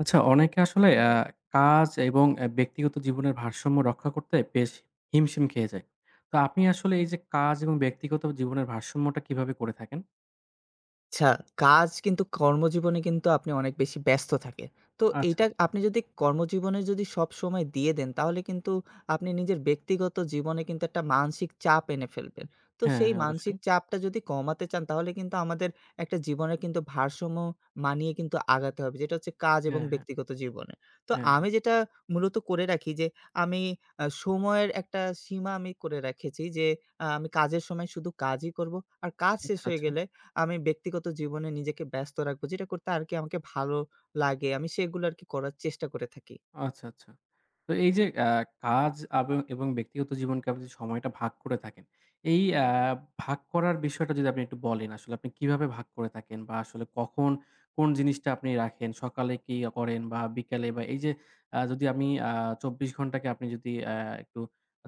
আচ্ছা, অনেকে আসলে কাজ এবং ব্যক্তিগত জীবনের ভারসাম্য রক্ষা করতে বেশ হিমশিম খেয়ে যায়। তো আপনি আসলে এই যে কাজ এবং ব্যক্তিগত জীবনের ভারসাম্যটা কিভাবে করে থাকেন? আচ্ছা, কাজ কিন্তু কর্মজীবনে কিন্তু আপনি অনেক বেশি ব্যস্ত থাকে। তো আচ্ছা, এইটা আচ্ছা। আপনি যদি কর্মজীবনে যদি সবসময় দিয়ে দেন তাহলে কিন্তু আপনি নিজের ব্যক্তিগত জীবনে কিন্তু একটা মানসিক চাপ এনে ফেলবেন। তো হ্যাঁ, সেই হ্যাঁ, মানসিক অবশ্যই। চাপটা যদি কমাতে চান তাহলে কিন্তু আমাদের একটা জীবনের কিন্তু ভারসাম্য মানিয়ে কিন্তু আগাতে হবে। যেটা হচ্ছে কাজ এবং হ্যাঁ, হ্যাঁ, ব্যক্তিগত জীবনে। তো হ্যাঁ, আমি হ্যাঁ। যেটা মূলত করে রাখি যে আমি সময়ের একটা সীমা আমি করে রেখেছি যে আমি কাজের সময় শুধু কাজই করব। আর কাজ শেষ আচ্ছা, হয়ে আচ্ছা। গেলে আমি ব্যক্তিগত জীবনে নিজেকে ব্যস্ত রাখবো। যেটা করতে আরকি আমাকে ভালো লাগে। আমি সেগুলো আরকি করার চেষ্টা করে থাকি। আচ্ছা, আচ্ছা। তো এই যে কাজ এবং ব্যক্তিগত জীবনকে আপনি যে সময়টা ভাগ করে থাকেন, এই ভাগ করার বিষয়টা যদি আপনি একটু বলেন আসলে আপনি কিভাবে ভাগ করে থাকেন? বা আসলে কখন কোন জিনিসটা আপনি রাখেন? সকালে কি করেন বা বিকালে বা এই যে যদি আমি ২৪ ঘন্টাকে আপনি যদি একটু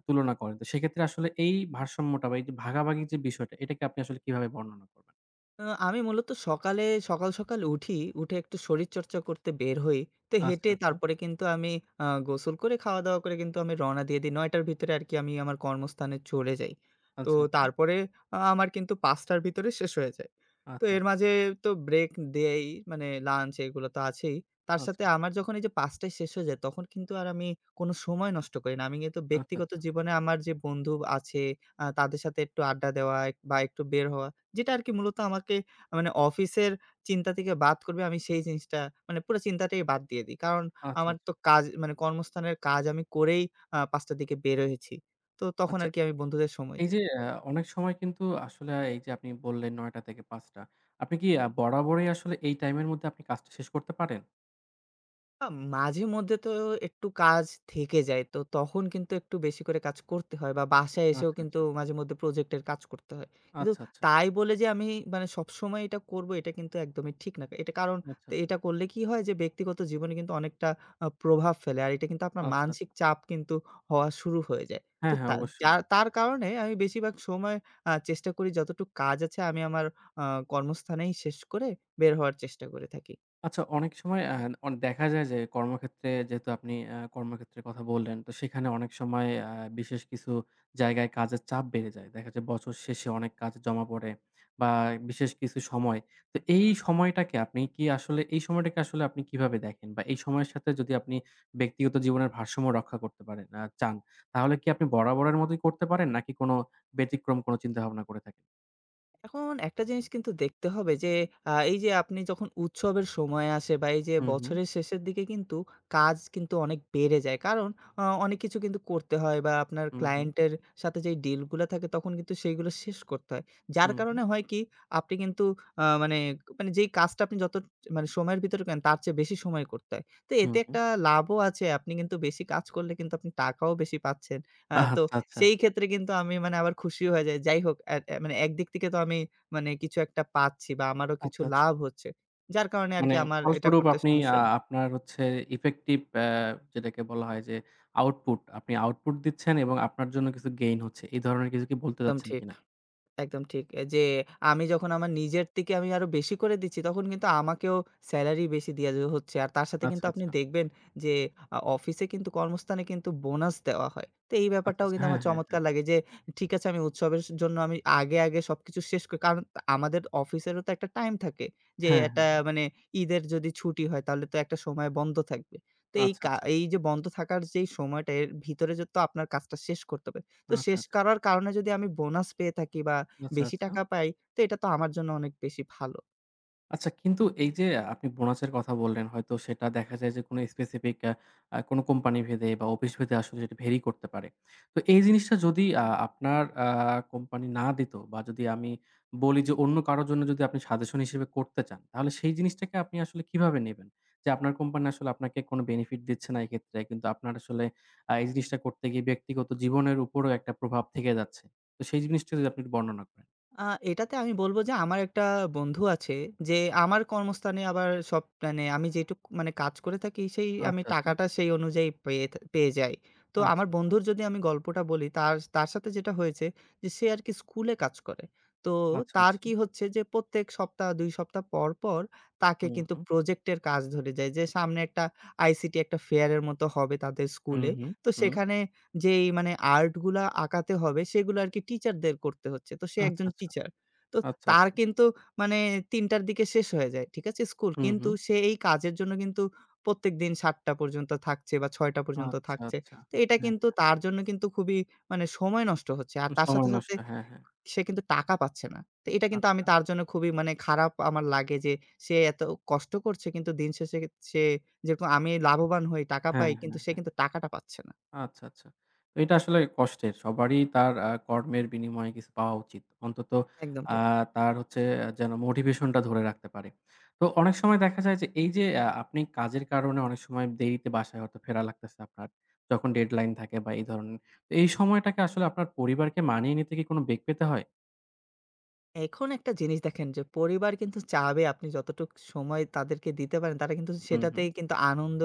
তুলনা করেন, তো সেক্ষেত্রে আসলে এই ভারসাম্যটা বা এই যে ভাগাভাগির যে বিষয়টা এটাকে আপনি আসলে কিভাবে বর্ণনা করবেন? আমি মূলত সকাল, সকাল উঠি। উঠে একটু শরীরচর্চা করতে বের হই। তো আচ্ছা, হেঁটে আচ্ছা, তারপরে কিন্তু আমি গোসল করে খাওয়া-দাওয়া করে কিন্তু আমি রওনা দিয়ে দিই। ৯ টার ভিতরে আরকি আমি আমার কর্মস্থানে চলে যাই। তো আচ্ছা, তারপরে আমার কিন্তু ৫ টার ভিতরে শেষ হয়ে যায়। তো আচ্ছা, আচ্ছা, এর মাঝে তো ব্রেক দেই, মানে লাঞ্চ, এগুলো তো আছেই। তার সাথে আচ্ছা, আচ্ছা, আমার যখন এই যে ৫ টায় শেষ হয়ে যায়, তখন কিন্তু আর আমি কোনো সময় নষ্ট করি না। আমি কিন্তু আচ্ছা, ব্যক্তিগত আচ্ছা, জীবনে আমার যে বন্ধু আছে তাদের সাথে একটু আড্ডা দেওয়া বা একটু বের হওয়া, যেটা আরকি মূলত আমাকে, মানে অফিসের চিন্তা থেকে বাদ করবে, আমি সেই জিনিসটা, মানে পুরো চিন্তাটাই বাদ দিয়ে দিই। কারণ আচ্ছা, আমার তো আচ্ছা, কাজ, মানে কর্মস্থানের কাজ আমি করেই ৫ টার দিকে বের হয়েছি। তো তখন আচ্ছা। আরকি আমি বন্ধুদের সময় এই দিই। যে অনেক সময় কিন্তু আসলে এই যে আপনি বললেন ৯টা থেকে ৫টা। আপনি কি বরাবরই আসলে এই টাইমের মধ্যে আপনি কাজটা শেষ করতে পারেন? আ মাঝে মধ্যে তো একটু কাজ থেকে যায়। তো তখন কিন্তু একটু বেশি করে কাজ করতে হয় বা বাসায় এসেও আচ্ছা, কিন্তু আচ্ছা। মাঝে মধ্যে প্রজেক্টের কাজ করতে হয়। কিন্তু আচ্ছা, আচ্ছা। তাই বলে যে আমি, মানে সবসময় এটা করব, এটা কিন্তু একদমই ঠিক না। এটা, কারণ আচ্ছা, তো আচ্ছা। এটা করলে কি হয়, যে ব্যক্তিগত জীবনে কিন্তু অনেকটা প্রভাব ফেলে। আর এটা কিন্তু আপনার আচ্ছা, মানসিক আচ্ছা। চাপ কিন্তু হওয়া শুরু হয়ে যায়। তো হ্যাঁ, হ্যাঁ, তা যা অবশ্যই। তার কারণে আমি বেশিরভাগ সময় চেষ্টা করি যতটুকু কাজ আছে আমি আমার আ কর্মস্থানেই শেষ করে বের হওয়ার চেষ্টা করে থাকি। আচ্ছা, অনেক সময় আ অন দেখা যায় যে কর্মক্ষেত্রে যেহেতু আপনি কর্মক্ষেত্রের কথা বললেন, তো সেখানে অনেক সময় বিশেষ কিছু জায়গায় কাজের চাপ বেড়ে যায়। দেখা যায় বছর শেষে অনেক কাজ জমা পড়ে বা বিশেষ কিছু সময়। তো এই সময়টাকে আপনি কি আসলে এই সময়টাকে আসলে আপনি কিভাবে দেখেন? বা এই সময়ের সাথে যদি আপনি ব্যক্তিগত জীবনের ভারসাম্য রক্ষা করতে পারেন চান, তাহলে কি আপনি বরাবরের মতোই করতে পারেন? নাকি কোনো ব্যতিক্রম কোনো চিন্তাভাবনা করে থাকেন? এখন একটা জিনিস কিন্তু দেখতে হবে যে, এই যে আপনি যখন উৎসবের সময় আসে বা এই যে হুম, হুম, বছরের শেষের দিকে কিন্তু কাজ কিন্তু অনেক বেড়ে যায়। কারণ অনেক কিছু কিন্তু করতে হয় বা আপনার হুম, হুম, ক্লায়েন্টের সাথে যেই ডিল গুলা থাকে তখন কিন্তু সেইগুলো শেষ করতে হয়। যার হুম, হুম, কারণে হয় কি, আপনি কিন্তু আ মানে, মানে যেই কাজটা আপনি যত, মানে সময়ের ভিতরে করেন তার চেয়ে বেশি সময় করতে হয়। তো হুম, এতে হুম। একটা লাভও আছে। আপনি কিন্তু বেশি কাজ করলে কিন্তু আপনি টাকাও বেশি পাচ্ছেন। আচ্ছা, তো আচ্ছা। সেই ক্ষেত্রে কিন্তু আমি, মানে আবার খুশি হয়ে যাই। যাই হোক, এ এ মানে একদিক থেকে তো আমি, মানে কিছু একটা পাচ্ছি বা আমারও কিছু আচ্ছা, আচ্ছা। লাভ হচ্ছে। যার কারণে মানে আরকি আমার এটা ফলস্বরূপ করতে আপনি সমস্যা না। আপনার হচ্ছে ইফেক্টিভ যেটাকে বলা হয় যে আউটপুট, আপনি আউটপুট দিচ্ছেন এবং আপনার জন্য কিছু গেইন হচ্ছে। এই ধরনের কিছু কি বলতে একদম চাচ্ছেন ঠিক। কিনা? একদম ঠিক। এ যে আমি যখন আমার নিজের থেকে আমি আরো বেশি করে দিচ্ছি, তখন কিন্তু আমাকেও সেলারি বেশি দেয়া যে হচ্ছে। আর তার সাথে আচ্ছা, কিন্তু আপনি আচ্ছা। দেখবেন যে, অফিসে কিন্তু, কর্মস্থানে কিন্তু বোনাস দেওয়া হয়। তো এই আচ্ছা, ব্যাপারটাও আচ্ছা। কিন্তু হ্যাঁ, আমার হ্যাঁ, হ্যাঁ। চমৎকার লাগে যে, ঠিক আছে, আমি উৎসবের জন্য আমি আগে, আগে সবকিছু শেষ করি। কারণ আমাদের অফিসেরও তো একটা টাইম থাকে যে হ্যাঁ, একটা, হ্যাঁ। মানে ঈদের যদি ছুটি হয় তাহলে তো একটা সময় বন্ধ থাকবে। তো এই আচ্ছা, আচ্ছা। এই যে বন্ধ থাকার যেই সময়টা এর ভিতরে যে, তো আপনার কাজটা শেষ করতে হবে। তো আচ্ছা, শেষ আচ্ছা। করার কারণে যদি আমি বোনাস পেয়ে থাকি বা আচ্ছা, বেশি আচ্ছা। টাকা পাই, তো এটা তো আমার জন্য অনেক বেশি ভালো। আচ্ছা, কিন্তু এই যে আপনি বোনাসের কথা বললেন, হয়তো সেটা দেখা যায় যে কোনো স্পেসিফিক আ আ কোনো কোম্পানি ভেদে বা অফিস ভেদে আসলে সেটা ভেরি করতে পারে। তো এই জিনিসটা যদি আপনার কোম্পানি না দিত বা যদি আমি বলি যে অন্য কারো জন্য যদি আপনি সাজেশন হিসেবে করতে চান, তাহলে সেই জিনিসটাকে আপনি আসলে কিভাবে নেবেন? যে আপনার কোম্পানি আসলে আপনাকে কোনো বেনিফিট দিচ্ছে না এক্ষেত্রে। কিন্তু আপনার আসলে এই জিনিসটা করতে গিয়ে ব্যক্তিগত জীবনের উপরেও একটা প্রভাব থেকে যাচ্ছে। তো সেই জিনিসটা যদি আপনি একটু বর্ণনা করেন। আ এটাতে আমি বলব যে, আমার একটা বন্ধু আছে যে, আমার কর্মস্থানে আবার সব, মানে আমি যেটুক, মানে কাজ করে থাকি সেই আমি আচ্ছা, আচ্ছা। টাকাটা সেই অনুযায়ী পেয়ে যাই। তো আচ্ছা, আমার আচ্ছা। বন্ধুর যদি আমি গল্পটা বলি, তার তার সাথে যেটা হয়েছে যে, সে আরকি স্কুলে কাজ করে। তো আচ্ছা, তার আচ্ছা। কি হচ্ছে যে, প্রত্যেক সপ্তাহ ২ সপ্তাহ পর, পর তাকে হুম, কিন্তু হুম। প্রজেক্টের কাজ ধরে যায় যে, সামনে একটা আইসিটি একটা ফেয়ার এর মতো হবে তাদের হুম, স্কুলে। হুম, তো হুম। সেখানে যেই, মানে আর্ট গুলা আঁকাতে হবে সেগুলো আরকি টিচারদের করতে হচ্ছে। তো সে আচ্ছা, একজন আচ্ছা, টিচার। তো আচ্ছা, তার আচ্ছা। কিন্তু, মানে ৩ টার দিকে শেষ হয়ে যায়। ঠিক আছে? স্কুল। হুম, কিন্তু হুম। সে এই কাজের জন্য কিন্তু প্রত্যেকদিন ৭ টা পর্যন্ত থাকছে বা ৬ টা পর্যন্ত আচ্ছা, থাকছে। আচ্ছা। তো এটা হ্যাঁ, কিন্তু তার জন্য কিন্তু খুবই, মানে সময় নষ্ট হচ্ছে। আর তার সাথে, সময় সাথে নষ্ট। হ্যাঁ, হ্যাঁ। সে কিন্তু টাকা পাচ্ছে না। তো এটা কিন্তু আমি আচ্ছা। তার জন্য খুবই, মানে খারাপ আমার লাগে যে, সে এত কষ্ট করছে কিন্তু দিন শেষে সে, যেরকম আমি লাভবান হই, টাকা পাই, হ্যাঁ, কিন্তু হ্যাঁ, সে হ্যাঁ। কিন্তু টাকাটা পাচ্ছে না। আচ্ছা, আচ্ছা। তো এটা আসলে কষ্টের। সবারই তার কর্মের বিনিময়ে কিছু পাওয়া উচিত। অন্তত একদম আ ঠিক। তার হচ্ছে যেন মোটিভেশন টা ধরে রাখতে পারে। তো অনেক সময় দেখা যায় যে এই যে আপনি কাজের কারণে অনেক সময় দেরিতে বাসায় হয়তো ফেরা লাগতেছে আপনার। যখন ডেডলাইন থাকে বা এই ধরনের। তো এই সময়টাকে আসলে আপনার পরিবারকে মানিয়ে নিতে কি কোনো বেগ পেতে হয়? এখন একটা জিনিস দেখেন যে, পরিবার কিন্তু চাবে আপনি যতটুক সময় তাদেরকে দিতে পারেন তারা কিন্তু হুম, হুম। সেটাতেই কিন্তু আনন্দ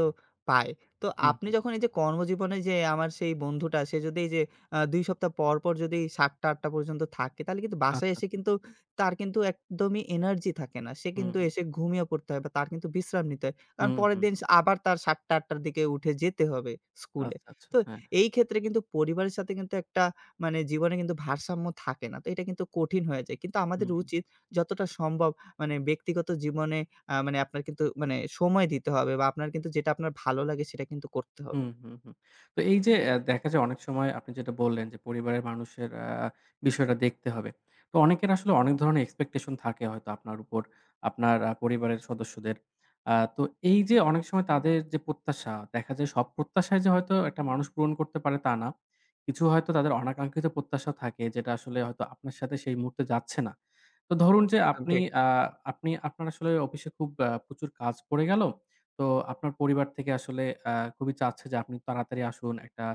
পায়। তো হুম, আপনি হুম। যখন এই যে কর্মজীবনে, যে আমার সেই বন্ধুটা সে যদি এই যে ২ সপ্তাহ পর, পর যদি ৭ঃ০০-৮ঃ০০ পর্যন্ত থাকে তাহলে কিন্তু বাসায় আচ্ছা। এসে কিন্তু তার কিন্তু একদমই এনার্জি থাকে না। সে হুম, কিন্তু হুম। এসে ঘুমিয়ে পড়তে হয় বা তার কিন্তু বিশ্রাম নিতে হয়। কারণ হুম, পরের হুম। দিন আবার তার ৭ঃ০০-৮ঃ০০ র দিকে উঠে যেতে হবে স্কুলে। আচ্ছা, আচ্ছা। তো হ্যাঁ, হ্যাঁ। এই ক্ষেত্রে কিন্তু পরিবারের সাথে কিন্তু একটা, মানে জীবনে কিন্তু ভারসাম্য থাকে না। তো এটা কিন্তু কঠিন হয়ে যায়। কিন্তু আমাদের হুম, হুম। উচিত যতটা সম্ভব, মানে ব্যক্তিগত জীবনে মানে আপনার কিন্তু, মানে সময় দিতে হবে বা আপনার কিন্তু যেটা আপনার ভালো লাগে সেটা কিন্তু করতে হবে। হুম, হুম, হুম। তো এই যে দেখা যায় অনেক সময় আপনি যেটা বললেন যে পরিবারের মানুষের বিষয়টা দেখতে হবে। তো অনেকের আসলে অনেক ধরনের expectation থাকে হয়তো আপনার উপর, আপনার পরিবারের সদস্যদের। তো এই যে অনেক সময় তাদের যে প্রত্যাশা, দেখা যায় সব প্রত্যাশাই যে হয়তো একটা মানুষ পূরণ করতে পারে তা না। কিছু হয়তো তাদের অনাকাঙ্ক্ষিত প্রত্যাশা থাকে যেটা আসলে হয়তো আপনার সাথে সেই মুহূর্তে যাচ্ছে না। তো ধরুন যে একদম আপনি ঠিক। আ আপনি আপনার আসলে অফিসে খুব প্রচুর কাজ পড়ে গেল। তো আপনার পরিবার থেকে আসলে খুবই চাচ্ছে যে আপনি তাড়াতাড়ি আসুন।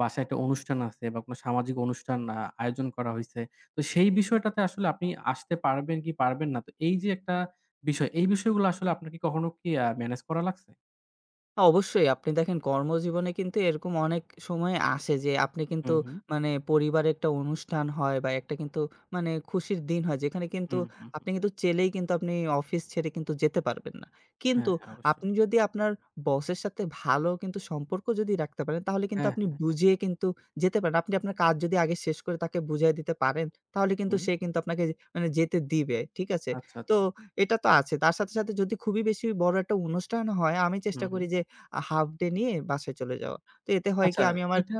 বাসায় একটা অনুষ্ঠান আছে বা কোনো সামাজিক অনুষ্ঠান আয়োজন করা হইছে। তো সেই বিষয়টাতে আসলে আপনি আসতে পারবেন কি পারবেন না? তো এই যে একটা বিষয়, এই বিষয়গুলো আসলে আপনার কি কখনো কি ম্যানেজ করা লাগছে? অবশ্যই, আপনি দেখেন কর্মজীবনে কিন্তু এরকম অনেক সময় আসে যে, আপনি কিন্তু, হুম, হুম। মানে পরিবারে একটা অনুষ্ঠান হয় বা একটা কিন্তু, মানে খুশির দিন হয় যেখানে কিন্তু হুম, হুম, হুম। আপনি কিন্তু চেলেই কিন্তু আপনি অফিস ছেড়ে কিন্তু যেতে পারবেন না। হ্যাঁ, কিন্তু হ্যাঁ, অবশ্যই। আপনি যদি আপনার বসের সাথে ভালো কিন্তু সম্পর্ক যদি রাখতে পারেন তাহলে কিন্তু হ্যাঁ, আপনি হ্যাঁ। বুঝিয়ে কিন্তু যেতে পারেন। আপনি আপনার কাজ যদি আগে শেষ করে তাকে বুঝায় দিতে পারেন তাহলে কিন্তু হুম। সে কিন্তু আপনাকে, মানে যেতে দিবে। ঠিক আছে? আচ্ছা, তো আচ্ছা। এটা তো আছে। তার সাথে, সাথে যদি খুবই বেশি বড় একটা অনুষ্ঠান হয় আমি চেষ্টা হুম, হুম। করি যে হাফ ডে নিয়ে বাসায় চলে যাওয়া। তো এতে হয় কি, আচ্ছা, আমি আমার, এটা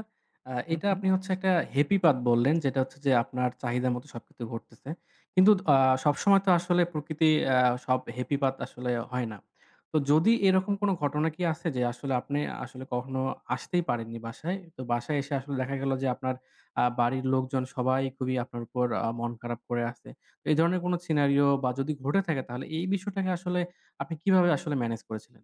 আ হু, এটা হু। আপনি হচ্ছে একটা happy path বললেন, যেটা হচ্ছে যে আপনার চাহিদা মতো সবকিছু ঘটতেছে। কিন্তু সবসময় তো আসলে প্রকৃতি আ সব happy path আসলে হয় না। তো যদি এরকম কোনো ঘটনা কি আছে যে আসলে আপনি আসলে কখনো আসতেই পারেননি বাসায়? তো বাসায় এসে আসলে দেখা গেল যে আপনার বাড়ির লোকজন সবাই খুবই আপনার উপর মন খারাপ করে আছে। তো এই ধরনের কোনো সিনারিও বা যদি ঘটে থাকে তাহলে এই বিষয়টাকে আসলে আপনি কিভাবে আসলে ম্যানেজ করেছিলেন?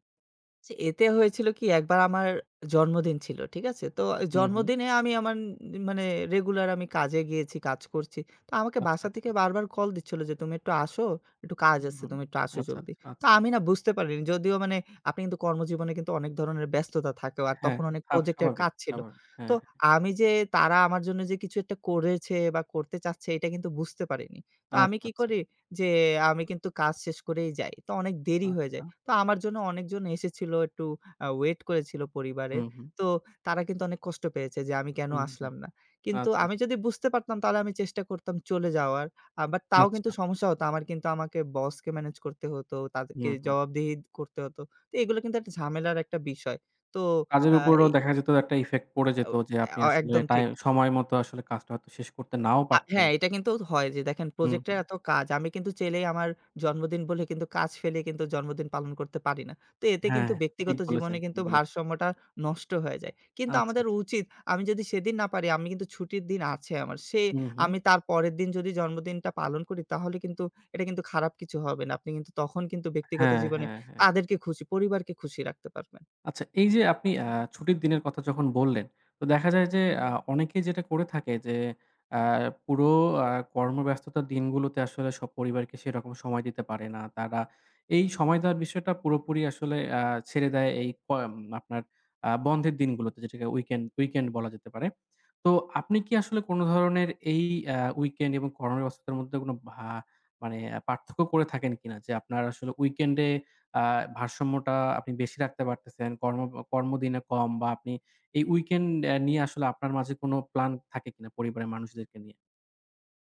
জি, এতে হয়েছিল কি, একবার আমার জন্মদিন ছিল। ঠিক আছে? তো হুম, হুম। জন্মদিনে আমি আমার মানে রেগুলার আমি কাজে গিয়েছি, কাজ করছি। তো আমাকে আচ্ছা, বাসা আচ্ছা। থেকে বারবার কল দিচ্ছিল যে, "তুমি একটু আসো, একটু কাজ হুম, আছে। হুম। তুমি একটু আসো আচ্ছা, জলদি।" আচ্ছা, তো আচ্ছা। আমি না বুঝতে পারিনি। যদিও, মানে আপনি কিন্তু কর্মজীবনে কিন্তু অনেক ধরনের ব্যস্ততা থাকে আর হ্যাঁ, তখন হ্যাঁ, অনেক প্রজেক্টের স্বাভাবিক, কাজ ছিল। স্বাভাবিক। তো হ্যাঁ, হ্যাঁ। আমি যে, তারা আমার জন্য যে কিছু একটা করেছে বা করতে চাচ্ছে এটা কিন্তু বুঝতে পারিনি। তো আমি আচ্ছা, কি আচ্ছা, করি যে, আমি কিন্তু কাজ শেষ করেই যাই। তো অনেক দেরি হয়ে যায়। আচ্ছা। তো আমার জন্য অনেকজন এসেছিল, একটু ওয়েট করেছিল পরিবারের। হুম, হুম, তো তারা কিন্তু অনেক কষ্ট পেয়েছে যে, আমি কেন হুম, আসলাম হুম। না। কিন্তু আচ্ছা, আমি আচ্ছা, যদি বুঝতে পারতাম তাহলে আমি চেষ্টা করতাম চলে যাওয়ার। বাট তাও কিন্তু আচ্ছা। সমস্যা হতো। আমার কিন্তু, আমাকে বসকে ম্যানেজ করতে হতো, তাদেরকে হুম, হুম। জবাবদিহি করতে হতো। তো এগুলো কিন্তু একটা ঝামেলার একটা বিষয়। তো কাজের আ এ উপরও দেখা যেত একটা ইফেক্ট পড়ে ও যেত যে আপনি আ আসলে একদম ঠিক। সময় মতো আসলে কাজটা হয়তো শেষ করতে নাও পারতেন। হ্যাঁ, এটা কিন্তু হয় যে, দেখেন হুম, প্রজেক্টের হুম। এত কাজ আমি কিন্তু চাইলেই আমার জন্মদিন বলে কিন্তু কাজ ফেলে কিন্তু জন্মদিন পালন করতে পারি না। তো এতে হ্যাঁ, কিন্তু হ্যাঁ, ঠিক ব্যক্তিগত জীবনে বলেছেন, ঠিক কিন্তু বলেছেন। ভারসাম্যটা নষ্ট হয়ে যায়। কিন্তু আচ্ছা, আমাদের আচ্ছা। উচিত, আমি যদি সেদিন না পারি, আমি কিন্তু ছুটির দিন আছে আমার। সে হুম, হুম। আমি তার পরের দিন যদি জন্মদিনটা পালন করি তাহলে কিন্তু এটা কিন্তু খারাপ কিছু হবে না। আপনি কিন্তু তখন কিন্তু ব্যক্তিগত হ্যাঁ, জীবনে হ্যাঁ, হ্যাঁ। তাদেরকে খুশি, পরিবারকে খুশি রাখতে পারবেন। আচ্ছা, এই যে আপনি ছুটির দিনের কথা যখন বললেন, তো দেখা যায় যে অনেকেই যেটা করে থাকে যে আ পুরো আ কর্মব্যস্ততার দিনগুলোতে আসলে সব পরিবারকে সেরকম সময় দিতে পারে না। তারা এই সময় দেওয়ার বিষয়টা পুরোপুরি আসলে ছেড়ে দেয় এই আপনার বন্ধের দিনগুলোতে যেটাকে উইকেন্ড, উইকেন্ড বলা যেতে পারে। তো আপনি কি আসলে কোনো ধরনের এই উইকেন্ড এবং কর্মব্যস্ততার মধ্যে কোনো মানে পার্থক্য করে থাকেন কিনা? যে আপনার আসলে উইকেন্ডে আ ভারসাম্যটা আপনি বেশি রাখতে পারতেছেন, কর্মদিনে কম বা আপনি এই উইকেন্ড নিয়ে আসলে আপনার মাঝে কোনো প্ল্যান থাকে কিনা পরিবারের মানুষদেরকে নিয়ে?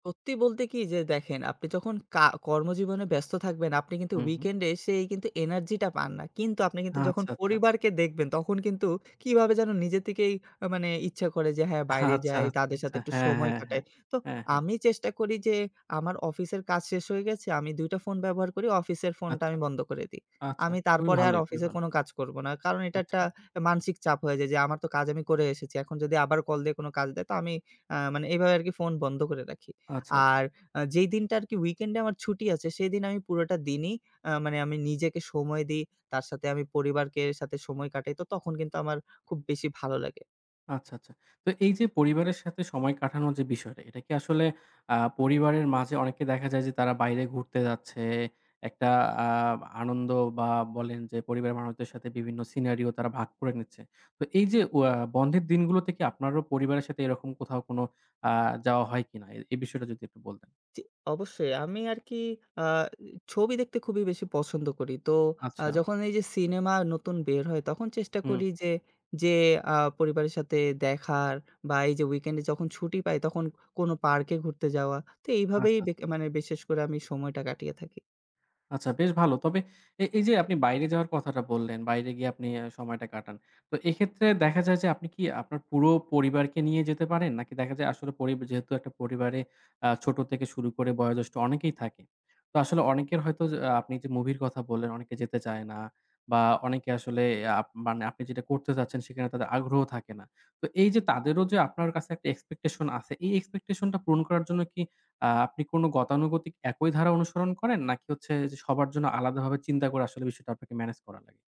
সত্যি বলতে কি যে দেখেন, আপনি যখন কর্মজীবনে ব্যস্ত থাকবেন, আপনি কিন্তু হুম, হুম। উইকেন্ডে সেই কিন্তু এনার্জিটা পান না। কিন্তু আপনি কিন্তু যখন আচ্ছা, আচ্ছা। পরিবারকে দেখবেন, তখন কিন্তু কিভাবে যেন নিজে থেকেই মানে ইচ্ছা করে যে, হ্যাঁ, বাইরে আচ্ছা, যাই, আচ্ছা, তাদের সাথে আচ্ছা। একটু হ্যাঁ, সময় হ্যাঁ, কাটাই। হ্যাঁ। তো হ্যাঁ, হ্যাঁ। আমি চেষ্টা করি যে, আমার অফিসের কাজ শেষ হয়ে গেছে, আমি ২ টা ফোন ব্যবহার করি, অফিসের ফোনটা আচ্ছা, আমি বন্ধ করে দিই। আচ্ছা। আমি খুবই তারপরে আর ভালোই, খুবই অফিসে ভালো। কোনো কাজ করব না। কারণ এটা আচ্ছা, একটা মানসিক চাপ হয়ে যায় যে, আমার তো কাজ আমি করে এসেছি। এখন যদি আবার কল দিয়ে কোনো কাজ দেয়, তো আমি মানে এভাবে আরকি ফোন বন্ধ করে রাখি। আচ্ছা। আর যেই দিনটা আরকি উইকেন্ডে আমার ছুটি আছে, সেদিন আমি পুরোটা দিনই মানে আমি নিজেকে সময় দিই। তার সাথে আমি পরিবারকে সাথে সময় কাটাই। তো তখন কিন্তু আমার খুব বেশি ভালো লাগে। আচ্ছা, আচ্ছা। তো এই যে পরিবারের সাথে সময় কাটানোর যে বিষয়টা, এটা কি আসলে পরিবারের মাঝে অনেকে দেখা যায় যে তারা বাইরে ঘুরতে যাচ্ছে। একটা আ আনন্দ বা বলেন যে পরিবারের মানুষদের সাথে বিভিন্ন সিনারিও তারা ভাগ করে নিচ্ছে। তো এই যে বন্ধের দিনগুলোতে কি আপনারও পরিবারের সাথে এরকম কোথাও কোনো আ যাওয়া হয় কিনা? এই বিষয়টা যদি একটু বলতেন। জি, অবশ্যই। আমি আরকি আ ছবি দেখতে খুবই বেশি পছন্দ করি। তো আচ্ছা। যখন এই যে সিনেমা নতুন বের হয়, তখন চেষ্টা হুম। করি যে পরিবারের সাথে দেখার, বা এই যে উইকেন্ডে যখন ছুটি পাই, তখন কোনো পার্কে ঘুরতে যাওয়া। তো এইভাবেই আচ্ছা, আচ্ছা। মানে বিশেষ করে আমি সময়টা কাটিয়ে থাকি। আচ্ছা, বেশ ভালো। তবে এই যে আপনি বাইরে যাওয়ার কথাটা বললেন, বাইরে গিয়ে আপনি সময়টা কাটান। তো এক্ষেত্রে দেখা যায় যে আপনি কি আপনার পুরো পরিবারকে নিয়ে যেতে পারেন? নাকি দেখা যায় আসলে যেহেতু একটা পরিবারে ছোট থেকে শুরু করে বয়োজ্যেষ্ঠ অনেকেই থাকে। তো আসলে অনেকের হয়তো যে আপনি যে মুভির কথা বললেন অনেকে যেতে চায় না বা অনেকে আসলে আহ, আপ মানে আপনি যেটা করতে চাচ্ছেন সেখানে তাদের আগ্রহ থাকে না। তো এই যে তাদেরও যে আপনার কাছে একটা এক্সপেকটেশন আছে, এই এক্সপেকটেশনটা পূরণ করার জন্য কি আপনি কোনো গতানুগতিক একই ধারা অনুসরণ করেন? নাকি হচ্ছে যে সবার জন্য আলাদাভাবে চিন্তা করে আসলে বিষয়টা আপনাকে ম্যানেজ করা লাগে?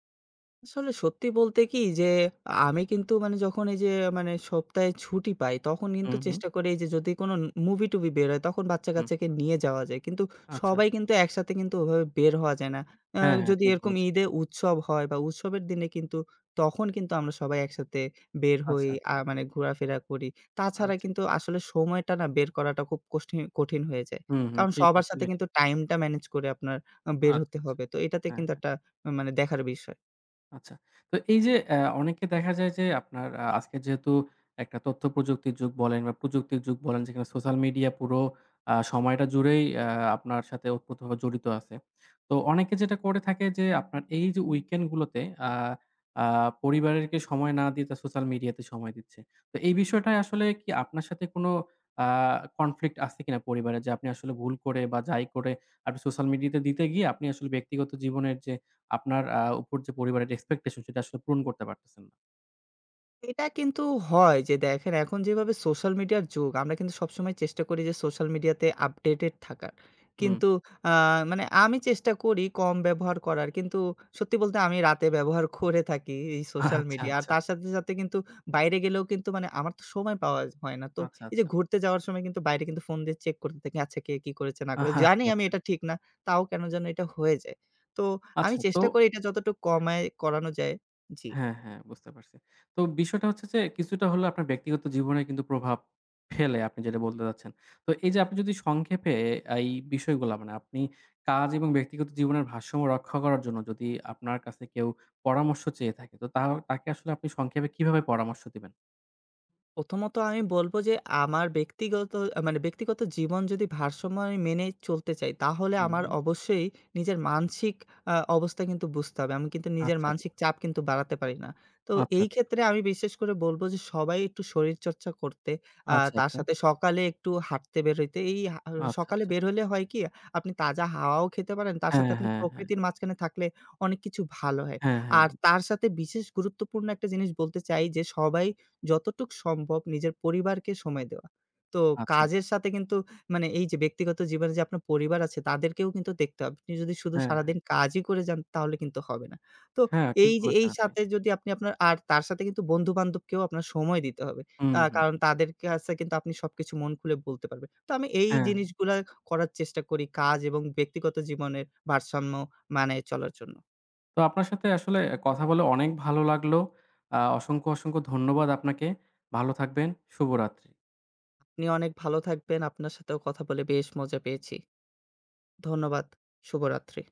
আসলে সত্যি বলতে কি যে, আমি কিন্তু, মানে যখন এই যে, মানে সপ্তাহে ছুটি পাই, তখন কিন্তু হুম, হুম, চেষ্টা করি এই যে, যদি কোনো মুভি-টুভি বের হয়, তখন হুম। বাচ্চা-কাচ্চাকে নিয়ে যাওয়া যায়। কিন্তু আচ্ছা, সবাই আচ্ছা। কিন্তু একসাথে কিন্তু ওভাবে বের হওয়া যায় না। আ হ্যাঁ, হ্যাঁ, যদি ঠিক এরকম বলেছেন। ঈদে উৎসব হয় বা উৎসবের দিনে কিন্তু তখন কিন্তু আমরা সবাই একসাথে বের হই, আচ্ছা, আচ্ছা, মানে ঘোরাফেরা করি। তাছাড়া আচ্ছা। কিন্তু আসলে সময়টা না বের করাটা খুব কঠিন হয়ে যায়। হুম, হুম, কারণ ঠিক সবার সাথে আসলেই কিন্তু ঠিক। টাইমটা ম্যানেজ করে আপনার বের আচ্ছা, হতে আচ্ছা। হবে। তো এটাতে হ্যাঁ। কিন্তু একটা মানে দেখার বিষয়। আচ্ছা। তো এই যে অনেকে দেখা যায় যে আপনার আজকে যেহেতু একটা তথ্য প্রযুক্তির যুগ বলেন বা প্রযুক্তির যুগ বলেন যেখানে সোশ্যাল মিডিয়া পুরো সময়টা জুড়েই আপনার সাথে ওতপ্রোতভাবে জড়িত আছে। তো অনেকে যেটা করে থাকে যে আপনার এই যে উইকেন্ড গুলোতে আ আ পরিবারেরকে সময় না দিয়ে তারা সোশ্যাল মিডিয়াতে সময় দিচ্ছে। তো এই বিষয়টায় আসলে কি আপনার সাথে কোনো আ কনফ্লিক্ট আছে কিনা পরিবারে যে আপনি আসলে ভুল করে বা যাই করে আপনি সোশ্যাল মিডিয়াতে দিতে গিয়ে আপনি আসলে ব্যক্তিগত জীবনের যে আপনার উপর যে পরিবারের এক্সপেকটেশন সেটা আসলে পূরণ করতে পারতেছেন না। এটা কিন্তু হয় যে, দেখেন এখন যেভাবে সোশ্যাল মিডিয়ার যুগ, আমরা কিন্তু সবসময় চেষ্টা করি যে সোশ্যাল মিডিয়াতে আপডেটেড থাকার। হুম। কিন্তু আ মানে আমি চেষ্টা করি কম ব্যবহার করার। কিন্তু সত্যি বলতে আমি রাতে ব্যবহার করে থাকি এই সোশ্যাল আচ্ছা, মিডিয়া। আর আচ্ছা, তার সাথে, সাথে কিন্তু বাইরে গেলেও কিন্তু, মানে আমার তো সময় পাওয়া হয় না। তো আচ্ছা, এই যে আচ্ছা, ঘুরতে যাওয়ার সময় কিন্তু বাইরে কিন্তু ফোন দিয়ে চেক করতে থাকি। আচ্ছা, কে কি করেছে না করেছে। আহা, আচ্ছা, জানি আমি আচ্ছা, এটা ঠিক না। তাও কেন যেন এটা হয়ে যায়। তো আমি আচ্ছা। তো চেষ্টা করি এটা যতটুকু কমায় করানো যায়। জি। হ্যাঁ, হ্যাঁ, বুঝতে পারছি। তো বিষয়টা হচ্ছে যে কিছুটা হলেও আপনার ব্যক্তিগত জীবনে কিন্তু প্রভাব ফেলে আপনি যেটা বলতে চাচ্ছেন। তো এই যে আপনি যদি সংক্ষেপে এই বিষয়গুলা মানে আপনি কাজ এবং ব্যক্তিগত জীবনের ভারসাম্য রক্ষা করার জন্য যদি আপনার কাছে কেউ পরামর্শ চেয়ে থাকে তো তাকে আসলে আপনি সংক্ষেপে কিভাবে পরামর্শ দিবেন? প্রথমত আমি বলব যে, আমার ব্যক্তিগত আ মানে ব্যক্তিগত জীবন যদি ভারসাম্য আমি মেনে চলতে চাই, তাহলে হুম, আমার অবশ্যই নিজের মানসিক অবস্থা কিন্তু বুঝতে হবে। আমি কিন্তু নিজের আচ্ছা, আচ্ছা, মানসিক চাপ কিন্তু বাড়াতে পারি না। তো আচ্ছা, এই আচ্ছা, আচ্ছা, ক্ষেত্রে আমি বিশেষ করে বলব যে, সবাই একটু শরীরচর্চা করতে, আচ্ছা, তার আচ্ছা। সাথে সকালে একটু হাঁটতে বের হইতে। এই সকালে আচ্ছা। বের হলে হয় কি, আপনি তাজা হাওয়াও খেতে পারেন, তার সাথে হ্যাঁ, আপনি হ্যাঁ, হ্যাঁ। প্রকৃতির মাঝখানে থাকলে অনেক কিছু ভালো হয়। হ্যাঁ, হ্যাঁ। আর তার সাথে বিশেষ গুরুত্বপূর্ণ একটা জিনিস বলতে চাই যে, সবাই যতটুক সম্ভব নিজের পরিবারকে সময় দেওয়া। তো আচ্ছা। কাজের সাথে কিন্তু, মানে এই যে ব্যক্তিগত জীবনে যে আপনার পরিবার আছে তাদেরকেও কিন্তু দেখতে হবে। আপনি যদি শুধু হ্যাঁ, হ্যাঁ। সারাদিন কাজই করে যান তাহলে কিন্তু হবে না। তো হ্যাঁ, ঠিক এই যে, এই বলেছেন আপনি। সাথে যদি আপনি আপনার, আর তার সাথে কিন্তু বন্ধু-বান্ধবকেও আপনার সময় দিতে হবে। হুম, হুম। কারণ তাদের কাছে কিন্তু আপনি সবকিছু মন খুলে বলতে পারবেন। তো আমি এই হ্যাঁ। হ্যাঁ। জিনিসগুলা করার চেষ্টা করি কাজ এবং ব্যক্তিগত জীবনের ভারসাম্য মানায় চলার জন্য। তো আপনার সাথে আসলে কথা বলে অনেক ভালো লাগলো। অসংখ্য, অসংখ্য ধন্যবাদ আপনাকে। ভালো থাকবেন। শুভরাত্রি। আপনি অনেক ভালো থাকবেন। আপনার সাথেও কথা বলে বেশ মজা পেয়েছি। ধন্যবাদ। শুভরাত্রি।